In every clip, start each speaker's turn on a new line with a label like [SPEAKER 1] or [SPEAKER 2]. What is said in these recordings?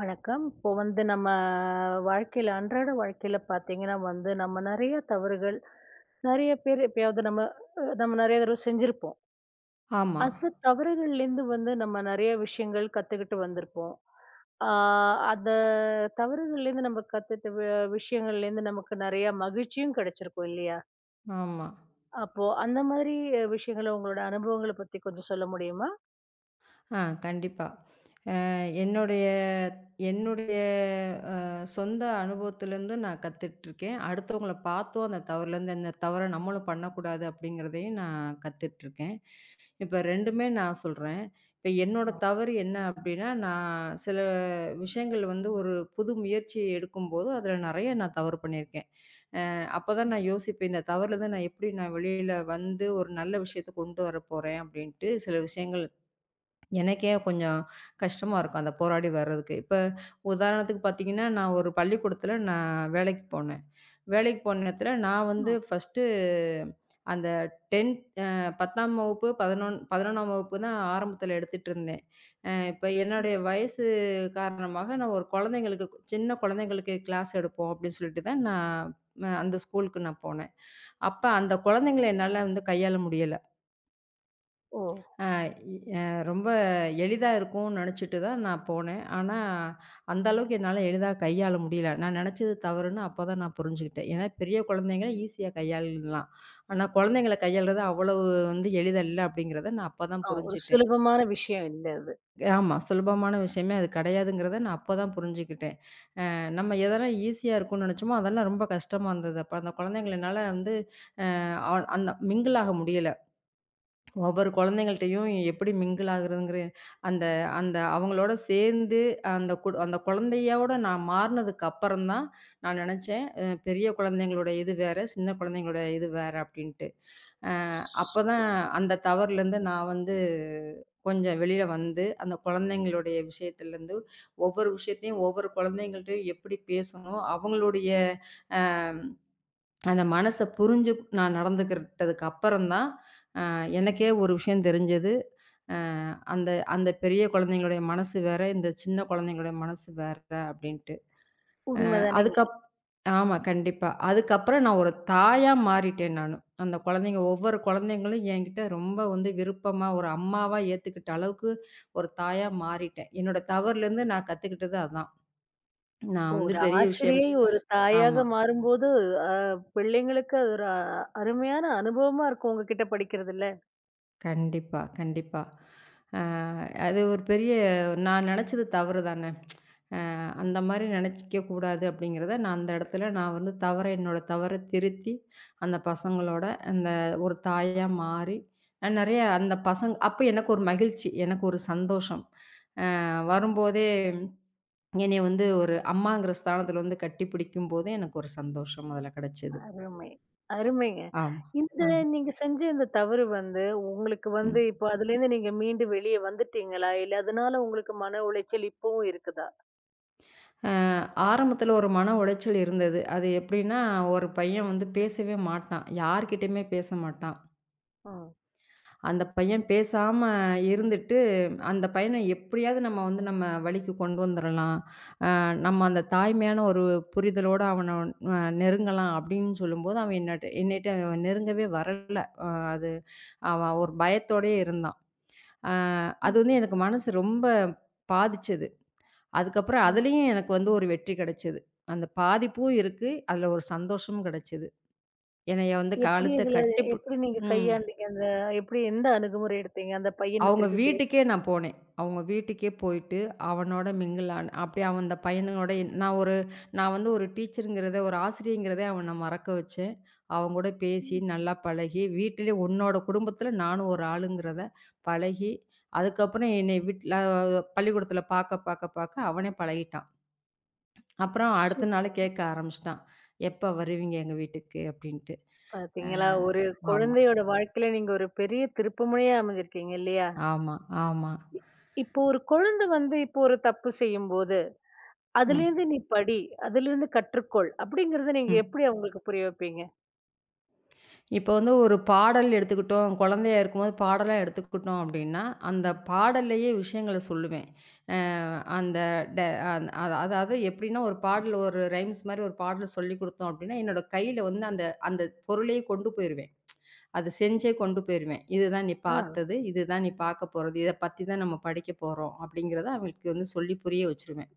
[SPEAKER 1] வணக்கம். இப்போ வந்து நம்ம அன்றாட வாழ்க்கையில பார்த்தீங்கன்னா வந்து, நம்ம நெறைய தவறுகள், நெறைய பேர் எப்பயாவது நம்ம அ நம்ம நெறைய தடவ செஞ்சிருப்போம்.
[SPEAKER 2] ஆமா,
[SPEAKER 1] அந்த தவறுகள்லேருந்து வந்து நம்ம நெறைய விஷயங்கள் கத்துக்கிட்டு வந்திருப்போம். ஆ அந்த தவறுகள்லேருந்து நம்ம கத்துட்ட விஷயங்கள்லேருந்து நமக்கு நெறைய மகிழ்ச்சியும் கிடைச்சிருக்கும் இல்லையா?
[SPEAKER 2] ஆமா.
[SPEAKER 1] அப்போ அந்த மாதிரி விஷயங்கள உங்களோட அனுபவங்கள பத்தி கொஞ்சம் சொல்ல முடியுமா?
[SPEAKER 2] ஆ கண்டிப்பா. அ என்னுடைய என்னுடைய அ சொந்த அனுபவத்திலருந்து நான் கத்துட்டுருக்கேன். அடுத்தவங்கள பார்த்தும் அந்த தவறுலேருந்து இந்த தவற நம்மளும் பண்ணக்கூடாது அப்படிங்கிறதையும் நான் கத்துட்டுருக்கேன். இப்ப 2மே நான் சொல்றேன். இப்ப என்னோட
[SPEAKER 1] ஆ.
[SPEAKER 2] தவறு என்ன அப்படின்னா, நான் சில விஷயங்கள் வந்து ஒரு புது முயற்சி எடுக்கும்போது, அதில நெறைய நான் தவறு பண்ணியிருக்கேன். அப்பதான் நான் யோசிப்பேன், இந்த தவறுலேருந்து நான் எப்படி வெளியில வந்து ஒரு நல்ல விஷயத்த கொண்டு வரப்போறேன் அப்படின்ட்டு சில விஷயங்கள் எனக்கே கொஞ்சம் கஷ்டமா இருக்கும், அந்த போராடி வர்றதுக்கு. இப்ப உதாரணத்துக்கு பார்த்தீங்கன்னா, நான் ஒரு பள்ளிக்கூடத்துல வேலைக்கு போனேன். வேலைக்கு போன நேரத்துல நான் வந்து
[SPEAKER 1] ம்.
[SPEAKER 2] ஃபர்ஸ்ட்டு அந்த 10த் அ 10ஆம் வகுப்பு, 11 11ஆம் வகுப்பு தான் ஆரம்பத்துல எடுத்துட்டுருந்தேன். இப்ப என்னுடைய வயசு காரணமாக நான் ஒரு குழந்தைங்களுக்கு சின்ன குழந்தைங்களுக்கு கிளாஸ் எடுப்போம் அப்படின்னு சொல்லிட்டு தான் நான் அந்த ஸ்கூலுக்கு போனேன். அப்ப அந்த குழந்தைங்கள என்னால வந்து கையாள முடியல.
[SPEAKER 1] ஓ!
[SPEAKER 2] அ இ அ ரொம்ப எளிதா இருக்கும்னு நினச்சுட்டு தான் நான் போனேன். ஆனா, அந்த அளவுக்கு என்னால எளிதா கையாள முடியல. நான் நினச்சது தவறுன்னு அப்ப தான் நான் புரிஞ்சுக்கிட்டேன். ஏன்னா, பெரிய குழந்தைங்கள ஈஸியா கையாளலாம். ஆனா, குழந்தைங்கள கையாளுறது அவ்வளவு வந்து எளிதல்ல அப்படிங்கிறத நான் அப்ப தான்
[SPEAKER 1] ஆ, ஒரு
[SPEAKER 2] புரிஞ்சுட்டேன்.
[SPEAKER 1] சுலபமான விஷயம் இல்ல அது.
[SPEAKER 2] ஆமா, சுலபமான விஷயமே அது கிடையாதுங்கிறத நான் அப்ப தான் புரிஞ்சுக்கிட்டேன். நம்ம எதெல்லாம் ஈஸியா இருக்கும்னு நினச்சோமோ, அதெல்லாம் ரொம்ப கஷ்டமா இருந்தது. அப்ப அந்த குழந்தைங்கள என்னால வந்து அ அ அந்த மிங்கிள் ஆக முடியல. ஒவ்வொரு குழந்தைங்கள்ட்டயும் எப்படி மிங்கிள் ஆகுறதுங்கிற அந்த அந்த அவங்களோட சேர்ந்து அந்த அந்த குழந்தையோட நான் மாறுனதுக்கு அப்புறம் தான் நான் நினச்சேன், பெரிய குழந்தைங்களோட இது வேற, சின்ன குழந்தைங்களோட இது வேற அப்படின்ட்டு. அ அப்பதான் அந்த தவறுலேருந்து நான் வந்து கொஞ்சம் வெளியில வந்து, அந்த குழந்தைங்களுடைய விஷயத்துலேருந்து ஒவ்வொரு விஷயத்தையும் ஒவ்வொரு குழந்தைங்கள்ட்டயும் எப்படி பேசணும், அவங்களுடைய அ அந்த மனச புரிஞ்சு நான் நடந்துக்கிட்டதுக்கு அப்புறம் தான், அ எனக்கே ஒரு விஷயம் தெரிஞ்சது. அ அந்த அந்த பெரிய குழந்தைங்களுடைய மனசு வேற, இந்த சின்ன குழந்தைங்களுடைய மனசு வேற அப்படின்ட்டு.
[SPEAKER 1] உண்மதானே?
[SPEAKER 2] அதுக்கப் ஆமா, கண்டிப்பா. அதுக்கப்புறம் நான் ஒரு தாயா மாறிட்டேன் நானு. அந்த குழந்தைங்க ஒவ்வொரு குழந்தைங்களும் என்கிட்ட ரொம்ப வந்து விருப்பமா, ஒரு அம்மாவா ஏத்துக்கிட்ட அளவுக்கு ஒரு தாயா மாறிட்டேன். என்னோட தவறுலேருந்து நான் கத்துக்கிட்டது அதான். நான் வந்து
[SPEAKER 1] ஒரு
[SPEAKER 2] பெரிய விஷயம்
[SPEAKER 1] ஆசிரியை ஒரு
[SPEAKER 2] ஆமா.
[SPEAKER 1] தாயாக மாறும்போது, அ பிள்ளைங்களுக்கு அது ஒரு அருமையான அனுபவமா இருக்கும் உங்ககிட்ட படிக்கிறதுல.
[SPEAKER 2] கண்டிப்பா, கண்டிப்பா. அ அது ஒரு பெரிய நான் நெனச்சது தவறு தானே! அந்த மாரி நெனைக்க கூடாது அப்படிங்கிறத நான் அந்த இடத்துல நான் வந்து என்னோட தவற திருத்தி, அந்த பசங்களோட அந்த ஒரு தாயா மாறி, நான் நெறைய அந்த பசங்க அப்ப எனக்கு ஒரு மகிழ்ச்சி, எனக்கு ஒரு சந்தோஷம். வரும்போதே என்னைய வந்து ஒரு அம்மாங்கிற ஸ்தானத்துல வந்து கட்டிப்பிடிக்கும்போது எனக்கு ஒரு சந்தோஷம் அதுல கிடைச்சது.
[SPEAKER 1] அருமை, அருமைங்க.
[SPEAKER 2] ஆமா.
[SPEAKER 1] இந்த
[SPEAKER 2] ஆமா.
[SPEAKER 1] நீங்க செஞ்ச இந்த தவறு வந்து, உங்களுக்கு வந்து
[SPEAKER 2] ம்.
[SPEAKER 1] இப்ப அதுலேருந்து நீங்க மீண்டு வெளிய வந்துட்டீங்களா? இல்ல அதனால உங்களுக்கு மன உளைச்சல் இப்பவும் இருக்குதா?
[SPEAKER 2] அ ஆரம்பத்துல ஒரு மன உளைச்சல் இருந்தது. அது எப்படின்னா, ஒரு பையன் வந்து பேசவே மாட்டான். யார்கிட்டயுமே பேச மாட்டான்.
[SPEAKER 1] ம்.
[SPEAKER 2] அந்த பையன் பேசாம இருந்துட்டு, அந்த பையன எப்படியாவது நம்ம வந்து நம்ம வழிக்கு கொண்டு வந்துரலாம். நம்ம அந்த தாய்மையான ஒரு புரிதலோட அவன நெருங்கலாம் அப்படின்னு சொல்லும்போது, அவன் என்னட்ட என்னட்ட நெருங்கவே வரல. அ அது அவன் ஒரு பயத்தோடயே இருந்தான். அ அது
[SPEAKER 1] ம்.
[SPEAKER 2] வந்து எனக்கு மனசு ரொம்ப பாதிச்சது. அதுக்கப்புறம்
[SPEAKER 1] ம்.
[SPEAKER 2] அதுலயும் எனக்கு வந்து ஒரு வெற்றி கிடைச்சது. அந்த பாதிப்பும் இருக்கு. அதுல ஒரு சந்தோஷமும் கிடைச்சது. என்னைய வந்து
[SPEAKER 1] எப்படி
[SPEAKER 2] காலத்த
[SPEAKER 1] இதுல
[SPEAKER 2] கட்டி
[SPEAKER 1] எப்படி நீங்க
[SPEAKER 2] ம்.
[SPEAKER 1] கையாண்டீங்க? அந்த எப்படி எந்த அணுகுமுறை எடுத்தீங்க? அந்த பையன
[SPEAKER 2] அவங்க
[SPEAKER 1] திருப்பி பேச
[SPEAKER 2] வீட்டுக்கே நான் போனேன். அவங்க வீட்டுக்கே போயிட்டு, அவனோட மிங்கிள் ஆன அப்படியே அவன் அந்த பையனுங்களோட என்- நான் ஒரு நான் வந்து ஒரு டீச்சருங்கிறத, ஒரு ஆசிரியங்கிறத அவன மறக்க வச்சேன். அவன் கூட பேசி, நல்லா பழகி, வீட்டிலே உன்னோட குடும்பத்தில நானும் ஒரு ஆளுங்கிறத பழகி, அதுக்கப்புறம் என்னைய வீட்ல பள்ளிக்கூடத்தில பார்க்க அவனே பழகிட்டான். அப்புறம் அடுத்த நாள்
[SPEAKER 1] சூப்பர்!
[SPEAKER 2] கேட்க ஆரம்பிச்சுட்டான். "எப்ப வருவீங்க எங்க வீட்டுக்கு?" அப்படின்ட்டு. அ
[SPEAKER 1] பார்த்தீங்களா? ஒரு
[SPEAKER 2] ஆமா,
[SPEAKER 1] குழந்தையோட வாழ்க்கையில நீங்க ஒரு பெரிய திருப்புமுனையா அமைஞ்சிருக்கீங்க இல்லையா?
[SPEAKER 2] ஆமா, ஆமா.
[SPEAKER 1] இப்போ ஒரு குழந்தை வந்து இப்போ ஒரு தப்பு செய்யும்போது,
[SPEAKER 2] ம்,
[SPEAKER 1] "அதுலேருந்து நீ படி, அதுலேருந்து கற்றுக்கொள்" அப்படிங்கிறத நீங்க
[SPEAKER 2] ம்.
[SPEAKER 1] எப்படி அவங்களுக்கு புரிய வைப்பீங்க?
[SPEAKER 2] இப்போ வந்து ஒரு பாடல் எடுத்துக்கிட்டோம், குழந்தையா இருக்கும்போது பாடலா எடுத்துக்கிட்டோம் அப்படின்னா, அந்த பாடல்லயே விஷயங்கள சொல்லுவேன். அ அந்த ட அந் அத அதாவது எப்படின்னா, ஒரு பாடல் ஒரு ரைம்ஸ் மாரி ஒரு பாடல் சொல்லிக் குடுத்தோம் அப்படின்னா, என்னோட கையில வந்து அந்த அந்த பொருளையே கொண்டு போயிருவேன். அத செஞ்சே கொண்டு போயிருவேன். "இதுதான் நீ
[SPEAKER 1] ஆ.
[SPEAKER 2] பார்த்தது, இதுதான் நீ பார்க்க போறது, இத பத்தி தான் நம்ம படிக்க போறோம்." அப்படிங்கிறத அவங்களுக்கு வந்து சொல்லி புரிய வச்சுருவேன்.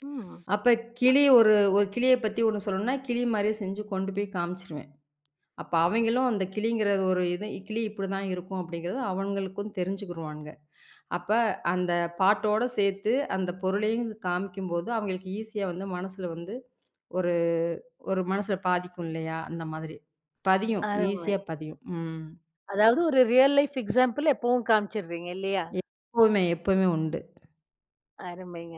[SPEAKER 1] ம்.
[SPEAKER 2] அப்ப கிளி ஒரு ஒரு கிளிய பத்தி ஒண்ணு சொல்லணும்னா, கிளி மாரியே செஞ்சு கொண்டு போய் காமிச்சிருவேன். அப்ப அவைங்களும் அந்த கிளிங்கிற ஒரு இது கிளி இப்படிதான் இருக்கும் அப்படிங்கிறது அவங்களுக்கும் தெரிஞ்சுக்குருவானுங்க. அப்ப அந்த பாட்டோட சேர்த்து அந்த பொருளையும் காமிக்கும்போது, அவங்களுக்கு ஈஸியா வந்து மனசுல வந்து ஒரு ஒரு மனசுல பாதிக்கும் இல்லையா? அந்த மாதிரி. பதியும்.
[SPEAKER 1] அருமை.
[SPEAKER 2] ஈஸியா பதியும். ம்.
[SPEAKER 1] அதாவது ஒரு ரியல் லைஃப் எக்ஸாம்பிள் எப்பவும் காமிச்சிடுறீங்க இல்லையா?
[SPEAKER 2] எப்பவுமே, எப்பவுமே உண்டு.
[SPEAKER 1] அருமைங்க.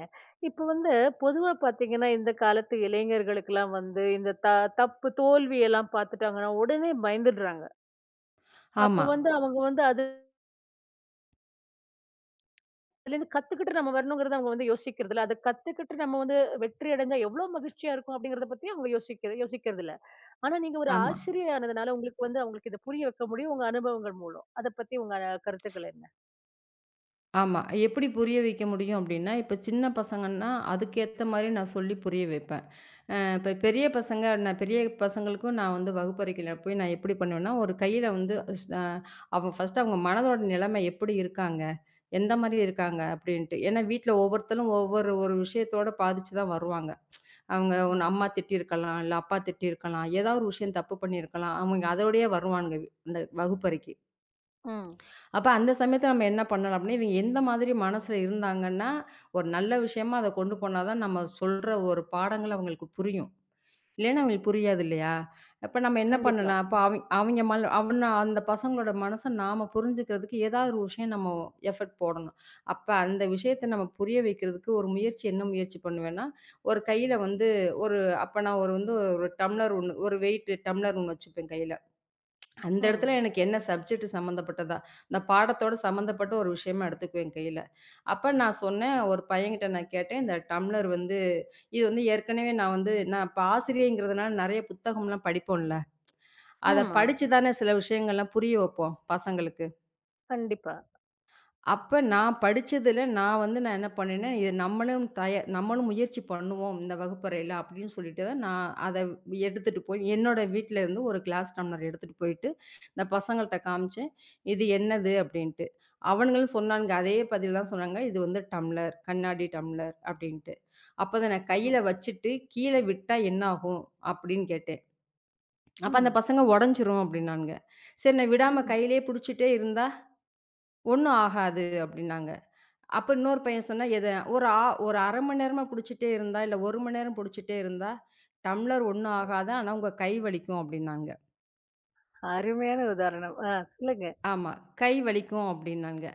[SPEAKER 1] இப்போ வந்து பொதுவா பார்த்தீங்கன்னா, இந்த காலத்து இளைஞர்களுக்கெல்லாம் வந்து இந்த தப்பு தோல்வியெல்லாம் பார்த்துட்டாங்கன்னா, உடனே பயந்துடுறாங்க. அப்போ
[SPEAKER 2] ஆமா,
[SPEAKER 1] வந்து அவங்க வந்து அதுல அதுலேருந்து கத்துக்கிட்டு நம்ம வரணுங்கிறது அவங்க வந்து யோசிக்கிறதில்ல. அத கத்துக்கிட்டு நம்ம வந்து வெற்றி அடைஞ்சா எவ்ளோ மகிழ்ச்சியா இருக்கும் அப்படிங்கிறத பத்தி அவங்க யோசிக்க யோசிக்கிறதில்ல. ஆனா நீங்க ஒரு
[SPEAKER 2] ஆமா,
[SPEAKER 1] ஆசிரியர் ஆனதுனால உங்களுக்கு வந்து அவங்களுக்கு இத புரிய வைக்க முடியும் உங்க அனுபவங்கள் மூலம். அத பத்தி உங்க கருத்துக்கள் என்ன?
[SPEAKER 2] ஆமா. எப்படி புரிய வைக்க முடியும் அப்படின்னா, இப்ப சின்ன பசங்கன்னா, அதுக்கேத்த மாரி நான் சொல்லி புரிய வைப்பேன். இப்ப பெரிய பசங்க நான் பெரிய பசங்களுக்கும் நான் வந்து வகுப்பறைக்குள்ள போய் நான் எப்படி பண்ணுவேன்னா, ஒரு கையில வந்து ஸ் அ அவங்க ஃபர்ஸ்ட்டு அவங்க மனதோட நிலைமை எப்படி இருக்காங்க? எந்த மாதிரி இருக்காங்க? அப்படின்ட்டு. ஏன்னா வீட்ல ஒவ்வொருத்தரும் ஒவ்வொரு ஒரு விஷயத்தோட பாதிச்சு தான் வருவாங்க. அவங்க
[SPEAKER 1] ம்.
[SPEAKER 2] ஒண்ணு அம்மா திட்டியிருக்கலாம், இல்ல அப்பா திட்டியிருக்கலாம், ஏதாவது ஒரு விஷயம் தப்பு பண்ணியிருக்கலாம். அவங்க அதோடயே வருவானுங்க இந்த வகுப்பறைக்கு.
[SPEAKER 1] ம்.
[SPEAKER 2] அப்ப அந்த சமயத்துல நம்ம என்ன பண்ணலாம் அப்படின்னா, இவங்க எந்த மாதிரி மனசுல இருந்தாங்கன்னா, ஒரு நல்ல விஷயமா அத கொண்டு போனா தான் நம்ம சொல்ற ஒரு பாடங்கள் அவங்களுக்கு புரியும். இல்லன்னா அவங்களுக்கு புரியாது
[SPEAKER 1] ம்.
[SPEAKER 2] இல்லையா? அப்ப நம்ம என்ன
[SPEAKER 1] கண்டிப்பா.
[SPEAKER 2] பண்ணலாம்? அப்ப அவங் அவெங்க மல அவன அந்த பசங்களோட மனச நாம புரிஞ்சுக்கிறதுக்கு ஏதாவது ஒரு விஷயம் நம்ம எஃபர்ட் போடணும். அப்ப அந்த விஷயத்த நம்ம புரிய வைக்கிறதுக்கு ஒரு முயற்சி என்ன முயற்சி பண்ணுவேன்னா, ஒரு கையில வந்து ஒரு அப்ப நான் ஒரு வந்து ஒரு டம்ளர் ஒண்ணு ஒரு வெயிட் டம்ளர் ஒண்ணு வச்சுப்பேன் கையில. அந்த இடத்துல
[SPEAKER 1] ம்.
[SPEAKER 2] எனக்கு என்ன சப்ஜெக்ட் சம்மந்தப்பட்டதா, இந்த பாடத்தோட சம்மந்தப்பட்ட ஒரு விஷயமா எடுத்துக்குவேன் கையில. அப்ப நான் சொன்னேன், ஒரு பையன்கிட்ட நான் கேட்டேன், "இந்த டம்ளர் வந்து இது வந்து ஏற்கனவே நான் வந்து நான் இப்ப ஆசிரியைங்கிறதுனால நெறைய புத்தகம்லாம் படிப்போம்ல. அத
[SPEAKER 1] ஆமா.
[SPEAKER 2] படிச்சு தானே சில விஷயங்கள்லாம் புரிய வைப்போம் பசங்களுக்கு.
[SPEAKER 1] கண்டிப்பா.
[SPEAKER 2] அப்ப நான் படிச்சதுல நான் என்ன பண்ணேன்னா, இது நம்மளும் முயற்சி பண்ணுவோம் இந்த வகுப்பறையில அப்படின்னு சொல்லிட்டு தான் நான் அத எடுத்துட்டு போய் என்னோட வீட்ல இருந்து ஒரு கிளாஸ் டம்ளர் எடுத்துட்டு போயிட்டு, இந்த பசங்கள்ட்ட காமிச்சேன். இது என்னது அப்படின்ட்டு. அவனுங்களும் சொன்னானுங்க. அதே பதில் தான் சொன்னாங்க. இது வந்து டம்ளர், கண்ணாடி டம்ளர் அப்படின்ட்டு. அப்பதான் நான் கையில
[SPEAKER 1] ம்.
[SPEAKER 2] வச்சுட்டு கீழ விட்டா என்னாகும்? அப்படின்னு கேட்டேன். அப்ப அந்த
[SPEAKER 1] ம்.
[SPEAKER 2] பசங்க உடைஞ்சிரும் அப்படின்னானுங்க. சரி நான் விடாம
[SPEAKER 1] ம்.
[SPEAKER 2] கையிலேயே புடிச்சுட்டே இருந்தா ஒண்ணும் ஆகாது அப்படின்னாங்க. அப்ப இன்னொரு பையன் சொன்னான், எத ஒரு ஆ ஒரு 1/2 மணி நேரமா புடிச்சுட்டே இருந்தா, இல்ல 1 மணி நேரம் புடிச்சுட்டே இருந்தா, டம்ளர் ஒண்ணும் ஆகாது. ஆனா உங்க கை வலிக்கும் அப்டின்னாங்க.
[SPEAKER 1] அருமையான உதாரணம். ஆ, சொல்லுங்க.
[SPEAKER 2] ஆமா. கை வலிக்கும் அப்டின்னாங்க.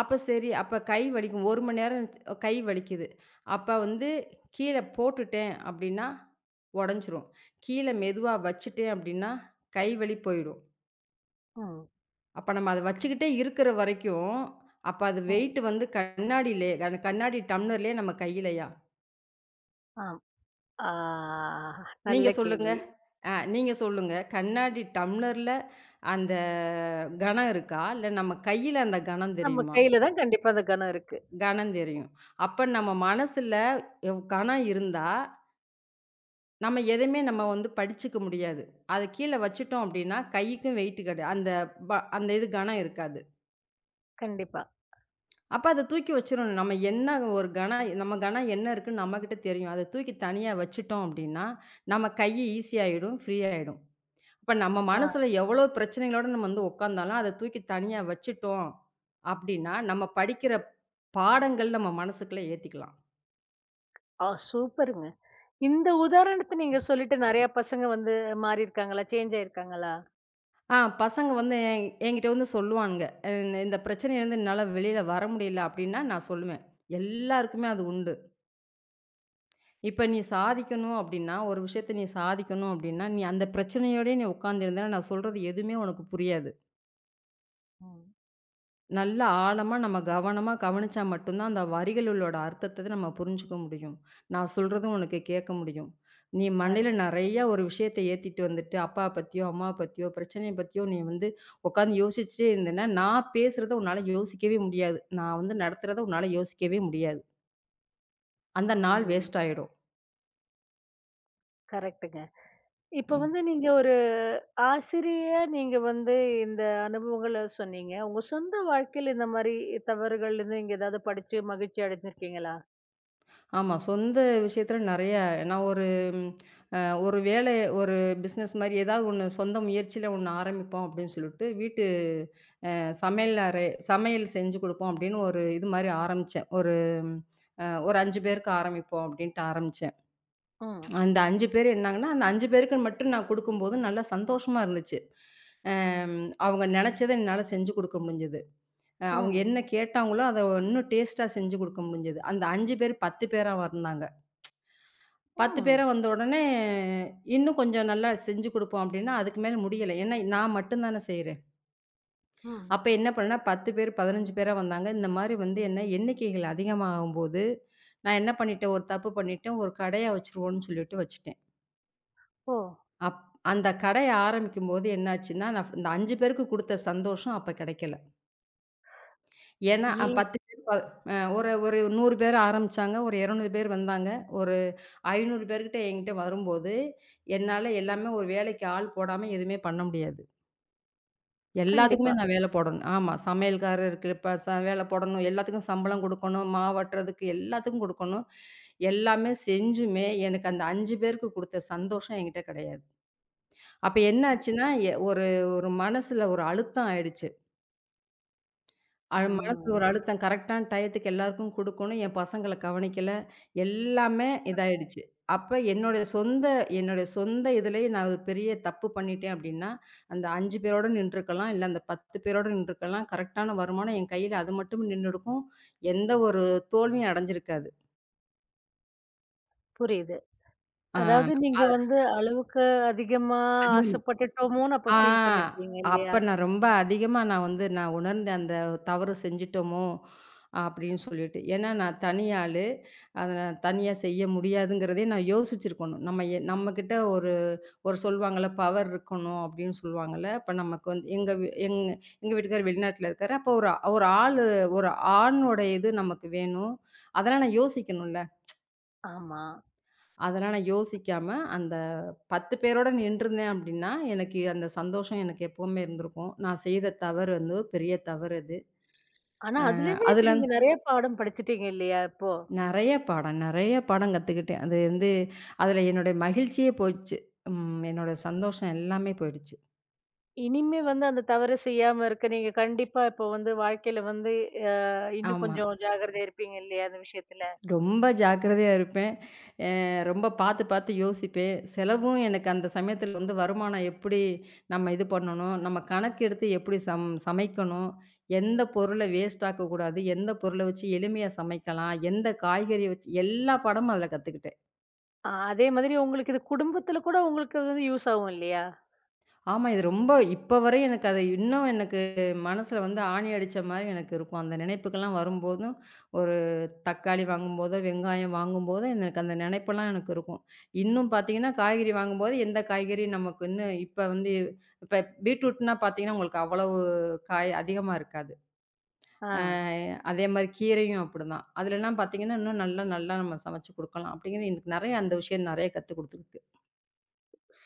[SPEAKER 2] அப்ப சரி, அப்ப கை வலிக்கும். 1 மணி நேரம் கை வலிக்குது. அப்ப வந்து கீழ போட்டுட்டேன் அப்டின்னா, உடைஞ்சிரும். கீழ மெதுவா வச்சுட்டேன் அப்டின்னா, கை வலி போயிடும்.
[SPEAKER 1] ம்.
[SPEAKER 2] அப்ப நம்ம அத வச்சுக்கிட்டே இருக்கிற வரைக்கும், அப்ப அது
[SPEAKER 1] ம்.
[SPEAKER 2] வெயிட் வந்து கண்ணாடியிலே அந்த கண்ணாடி டம்ளர்லயே நம்ம கையிலயா?
[SPEAKER 1] ஆம். ஆ,
[SPEAKER 2] நீங்க
[SPEAKER 1] நல்ல
[SPEAKER 2] சொல்லுங்க.
[SPEAKER 1] கேள்வி.
[SPEAKER 2] நீங்க சொல்லுங்க. கண்ணாடி டம்ளர்ல அந்த கணம் இருக்கா? இல்ல நம்ம கையில அந்த கணம்
[SPEAKER 1] நம்ம
[SPEAKER 2] தெரியுமா?
[SPEAKER 1] கையில தான் கண்டிப்பா அந்த கனம் இருக்கு.
[SPEAKER 2] கணம் தெரியும். அப்ப நம்ம மனசுல கணம் இருந்தா, நம்ம எதையுமே நம்ம வந்து படிச்சுக்க முடியாது. அத கீழ வச்சுட்டோம் அப்டின்னா, கைக்கும் வெயிட் கிடை அந்த ப அந்த இது கணம் இருக்காது.
[SPEAKER 1] கண்டிப்பா.
[SPEAKER 2] அப்ப அத தூக்கி வச்சுரணும். நம்ம கணம் என்ன இருக்குன்னு நம்மகிட்ட தெரியும். அத தூக்கி தனியா வச்சுட்டோம் அப்டின்னா, நம்ம கை ஈஸியாயிடும், ஃப்ரீ ஆயிடும். இப்ப நம்ம மனசுல
[SPEAKER 1] ஆ.
[SPEAKER 2] எவ்வளோ பிரச்சனைகளோட நம்ம வந்து உட்காந்தாலும், அத தூக்கி தனியா வச்சுட்டோம் அப்டின்னா, நம்ம படிக்கிற பாடங்கள் நம்ம மனசுக்குள்ள ஏத்திக்கலாம்.
[SPEAKER 1] ஆ, சூப்பருங்க. இந்த உதாரணத்த நீங்க சொல்லிட்டு நெறைய பசங்க வந்து மாறியிருக்காங்களா? சேஞ்ச் ஆயிருக்காங்களா?
[SPEAKER 2] பசங்க வந்து என்கிட்ட வந்து சொல்லுவானுங்க. இந்த பிரச்சனையிலருந்து என்னால வெளில வர முடியல அப்டின்னா, நான் சொல்லுவேன். எல்லாருக்குமே அது உண்டு. இப்ப நீ சாதிக்கணும் அப்டின்னா, ஒரு விஷயத்த நீ சாதிக்கணும் அப்டின்னா, நீ அந்த பிரச்சனையோடயே உட்கார்ந்திருந்தேன்னா, நான் சொல்றது எதுவுமே உனக்கு புரியாது.
[SPEAKER 1] ம்.
[SPEAKER 2] நல்லா ஆழமா நம்ம கவனமா கவனிச்சா மட்டும் தான் அந்த வரிகளோட அர்த்தத்த நம்ம புரிஞ்சுக்க முடியும். நான் சொல்றதும் உனக்கு கேட்க முடியும். நீ மண்டையில
[SPEAKER 1] அருமை.
[SPEAKER 2] நெறைய ஒரு விஷயத்த ஏத்திட்டு வந்துட்டு, அப்பாவ பத்தியோ, அம்மாவ பத்தியோ, பிரச்சனைய பத்தியோ நீ வந்து உட்காந்து யோசிச்சுட்டே இருந்தேன்னா, நான் பேசுறத உன்னால யோசிக்கவே முடியாது. நான் வந்து நடத்துறத உன்னால யோசிக்கவே முடியாது. அந்த நாள்
[SPEAKER 1] ம்.
[SPEAKER 2] வேஸ்ட் ஆயிடும்.
[SPEAKER 1] கரெக்ட்டுங்க. இப்ப
[SPEAKER 2] ம்.
[SPEAKER 1] வந்து நீங்க ஒரு ஆசிரியையா நீங்க வந்து இந்த அனுபவங்கள சொன்னீங்க. உங்க சொந்த வாழ்க்கையில இந்த மாரி தவறுகள்லருந்து நீங்க ஏதாவது படிச்சு மகிழ்ச்சி அடைஞ்சிருக்கீங்களா?
[SPEAKER 2] ஆமா. சொந்த விஷயத்துல நெறைய நான் ஒரு அ ஒரு வேலை ஒரு பிசினஸ் மாரி ஏதாவது ஒண்ணு சொந்த முயற்சியில ஒண்ணு ஆரம்பிப்போம் அப்படின்னு சொல்லிட்டு, வீட்டு சமையல் அறை சமையல் செஞ்சு குடுப்போம் அப்படின்னு ஒரு இது மாரி ஆரம்பிச்சேன். ஒரு 5 பேருக்கு ஆரம்பிப்போம் அப்படின்ட்டு ஆரம்பிச்சேன்.
[SPEAKER 1] ம்.
[SPEAKER 2] அந்த 5 பேர் என்னாங்கன்னா, அந்த 5 பேருக்கு மட்டும் நான் குடுக்கும்போது நல்லா சந்தோஷமா இருந்துச்சு. அவங்க நெனச்சத என்னால செஞ்சு குடுக்க முடிஞ்சது. அவங்க
[SPEAKER 1] ம்.
[SPEAKER 2] என்ன கேட்டாங்களோ, அத இன்னும் டேஸ்ட்டா செஞ்சு குடுக்க முடிஞ்சது. அந்த 5 பேர் 10 பேரா வந்தாங்க. 10
[SPEAKER 1] ம்.
[SPEAKER 2] பேரா வந்த உடனே, இன்னும் கொஞ்சம் நல்லா செஞ்சு குடுப்போம் அப்படின்னா, அதுக்கு மேல முடியல. ஏன்னா நான் மட்டும் தானே செய்றேன்.
[SPEAKER 1] ம்.
[SPEAKER 2] அப்ப என்ன பண்ணேன்னா 10 பேர் 15 பேரா வந்தாங்க. இந்த மாரி வந்து என்ன எண்ணிக்கைகள் அதிகமாகும்போது, நான் என்ன பண்ணிட்டேன், ஒரு தப்பு பண்ணிட்டேன். ஒரு கடைய வச்சுருவோம்ன்னு சொல்லிட்டு வச்சுட்டேன்.
[SPEAKER 1] ஓ!
[SPEAKER 2] அப் அந்த கடைய ஆரம்பிக்கும்போது என்னாச்சுன்னா, நான் இந்த 5 பேருக்கு குடுத்த சந்தோஷம் அப்ப கெடைக்கல. ஏன்னா, அ
[SPEAKER 1] ஏன்
[SPEAKER 2] 10 பேர் ப அ ஒரு ஒரு 100 பேர் ஆரம்பிச்சாங்க. ஒரு 200 பேர் வந்தாங்க. ஒரு 500 பேர்கிட்ட என்கிட்ட வரும்போது, என்னால எல்லாமே ஒரு வேலைக்கு ஆள் போடாம எதுவுமே பண்ண முடியாது. எல்லாத்துக்குமே
[SPEAKER 1] கண்டிப்பா.
[SPEAKER 2] நான் வேலை போடணும். ஆமா. சமையல்காரர் இருக்கு. இப்ப வேலை போடணும். எல்லாத்துக்கும் சம்பளம் குடுக்கணும். மாவாட்டுறதுக்கு எல்லாத்துக்கும் குடுக்கணும். எல்லாமே செஞ்சுமே, எனக்கு அந்த 5 பேருக்கு குடுத்த சந்தோஷம் என்கிட்ட கிடையாது. அப்ப என்ன ஆச்சுன்னா, எ ஒரு ஒரு மனசுல ஒரு அழுத்தம் ஆயிடுச்சு. அது மனசுல
[SPEAKER 1] ம்.
[SPEAKER 2] ஒரு அழுத்தம். கரெக்டான டயத்துக்கு எல்லாருக்கும் குடுக்கணும். என் பசங்கள கவனிக்கல. எல்லாமே இதாயிடுச்சு. அப்ப என்னுடைய சொந்த இதுலயே நான் ஒரு பெரிய தப்பு பண்ணிட்டேன் அப்டின்னா, அந்த 5 பேரோட நின்றுக்கலாம். இல்ல அந்த 10 பேரோட நின்றுக்கலாம். கரெக்டான வருமானம் என் கையில அது மட்டும் நின்னுருக்கும். எந்த ஒரு தோல்வியும் அடைஞ்சிருக்காது.
[SPEAKER 1] புரியுது.
[SPEAKER 2] ஆ
[SPEAKER 1] அதாவது
[SPEAKER 2] அ
[SPEAKER 1] நீங்க வந்து அளவுக்கு அதிகமா
[SPEAKER 2] அதிக
[SPEAKER 1] ஆசைப்பட்டுட்டோமோன்னு அப்ப
[SPEAKER 2] ஆ.
[SPEAKER 1] ஃபீல் பண்ணியிருப்பீங்க
[SPEAKER 2] அப்ப
[SPEAKER 1] இல்லையா?
[SPEAKER 2] நான் ரொம்ப அதிகமா நான் உணர்ந்தேன். அந்த தவறு செஞ்சுட்டோமோ! அப்படின்னு சொல்லிட்டு. ஏன்னா நான் தனி ஆளு. அத நான் தனியா செய்ய முடியாதுங்கிறதே நான் யோசிச்சிருக்கணும். நம்மகிட்ட ஒரு ஒரு சொல்லுவாங்கல்ல, பவர் இருக்கணும் அப்படின்னு சொல்லுவாங்கல்ல. அப்ப நமக்கு வந்து எங்க வீ எங் எங்க வீட்டுக்காரர் வெளிநாட்ல இருக்காரு. அப்போ ஒரு ஒரு ஆளு ஒரு ஆணோட இது நமக்கு வேணும். அதெல்லாம் நான் யோசிக்கணும்ல.
[SPEAKER 1] ஆமா.
[SPEAKER 2] அதெல்லாம் நான் யோசிக்காம, அந்த 10 பேரோட நின்றுருந்தேன் அப்படின்னா, எனக்கு அந்த சந்தோஷம் எனக்கு எப்பவுமே இருந்திருக்கும். நான் செய்த தவறு வந்து பெரிய தவறு அது.
[SPEAKER 1] ஆனா,
[SPEAKER 2] அ
[SPEAKER 1] அதுலயுமே இப்ப
[SPEAKER 2] அதுல
[SPEAKER 1] நீங்க நெறைய பாடம் படிச்சுட்டீங்க இல்லையா இப்போ?
[SPEAKER 2] நெறைய பாடம் கத்துக்கிட்டேன். அது வந்து அதுல என்னுடைய மகிழ்ச்சியே போச்சு. ம். என்னோட சந்தோஷம் எல்லாமே போயிடுச்சு.
[SPEAKER 1] இனிமே வந்து அந்த தவறு செய்யாம இருக்க நீங்க கண்டிப்பா இப்போ வந்து வாழ்க்கையில வந்து அ இன்னும்
[SPEAKER 2] ஆமா.
[SPEAKER 1] கொஞ்சம் ஜாக்கிரதையா இருப்பீங்க இல்லையா அந்த விஷயத்துல?
[SPEAKER 2] ரொம்ப ஜாக்கிரதையா இருப்பேன். அ ரொம்ப பார்த்து யோசிப்பேன். செலவும் எனக்கு அந்த சமயத்துல வந்து வருமானம் எப்படி நம்ம இது பண்ணணும்? நம்ம கணக்கெடுத்து எப்படி சமைக்கணும்? எந்த பொருள வேஸ்ட் ஆக்கக்கூடாது? எந்த பொருள வச்சு எளிமையா சமைக்கலாம்? எந்த காய்கறிய வச்சு எல்லா பாடமும் அதுல கத்துக்கிட்டேன்.
[SPEAKER 1] அ, அதே மாதிரி உங்களுக்கு இது குடும்பத்துல கூட உங்களுக்கு வந்து யூஸ் ஆகும் இல்லையா?
[SPEAKER 2] ஆமா. இது ரொம்ப இப்ப வரை எனக்கு அது இன்னும் எனக்கு மனசுல வந்து ஆணி அடிச்ச மாரி எனக்கு இருக்கும். அந்த நினைப்புக்கெல்லாம் வரும்போதும், ஒரு தக்காளி வாங்கும்போதோ, வெங்காயம் வாங்கும்போதோ, எனக்கு அந்த நினைப்பெல்லாம் எனக்கு இருக்கும். இன்னும் பார்த்தீங்கன்னா, காய்கறி வாங்கும்போது எந்த காய்கறி நமக்கு இன்னும் இப்ப வந்து இப்ப பீட்ரூட்னா பார்த்தீங்கன்னா, உங்களுக்கு அவ்வளவு காய் அதிகமா இருக்காது.
[SPEAKER 1] ஆ.
[SPEAKER 2] அ அதே மாரி கீரையும் அப்படிதான். அதுலலாம் பார்த்தீங்கன்னா, இன்னும் நல்லா நல்லா நம்ம சமைச்சு குடுக்கலாம். அப்படிங்கிற எனக்கு நெறைய அந்த விஷயம் நெறைய கத்துக் குடுத்துருக்கு.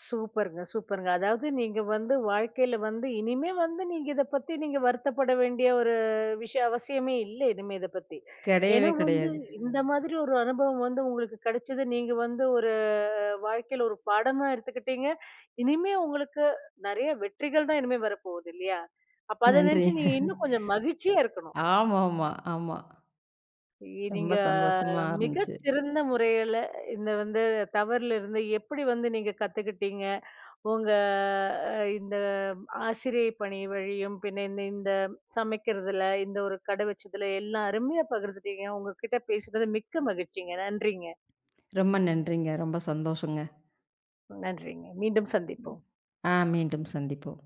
[SPEAKER 1] சூப்பர்ங்க, சூப்பர்ங்க. அதாவது நீங்க வந்து வாழ்க்கையில வந்து இனிமே வந்து நீங்க இத பத்தி நீங்க வருத்தப்பட வேண்டிய ஒரு விஷயம் அவசியமே இல்ல இனிமே இத பத்தி.
[SPEAKER 2] கிடையவே
[SPEAKER 1] ஏன்னா வந்து
[SPEAKER 2] கிடையாது.
[SPEAKER 1] இந்த மாதிரி ஒரு அனுபவம் வந்து உங்களுக்கு கிடைச்சது நீங்க வந்து ஒரு வாழ்க்கையில ஒரு பாடமா எடுத்துக்கிட்டீங்க. இனிமே உங்களுக்கு நெறைய வெற்றிகள் தான் இனிமே வரப்போகுது இல்லையா? அப்ப அத
[SPEAKER 2] நன்றி.
[SPEAKER 1] நெனச்சு நீங்க இன்னும் கொஞ்சம் மகிழ்ச்சியா இருக்கணும்.
[SPEAKER 2] ஆமாமா, ஆமா. ஆமா. ரொம்ப
[SPEAKER 1] நீங்க
[SPEAKER 2] சந்தோஷமா இருந்துச்சு.
[SPEAKER 1] மிகச்சிறந்த முறையில இந்த வந்து தவறுல இருந்து எப்படி வந்து நீங்க கத்துக்கிட்டீங்க? உங்க அ இந்த ஆசிரியை பணி வழியும், பின்ன இந்த இந்த சமைக்கிறதுல, இந்த ஒரு கடை வச்சதுல எல்லாம் அருமையா பகிர்ந்துட்டீங்க. உங்ககிட்ட பேசுனது மிக்க மகிழ்ச்சிங்க. நன்றிங்க.
[SPEAKER 2] ரொம்ப நன்றிங்க. ரொம்ப சந்தோஷங்க.
[SPEAKER 1] நன்றிங்க. மீண்டும் சந்திப்போம்.
[SPEAKER 2] மீண்டும் சந்திப்போம்.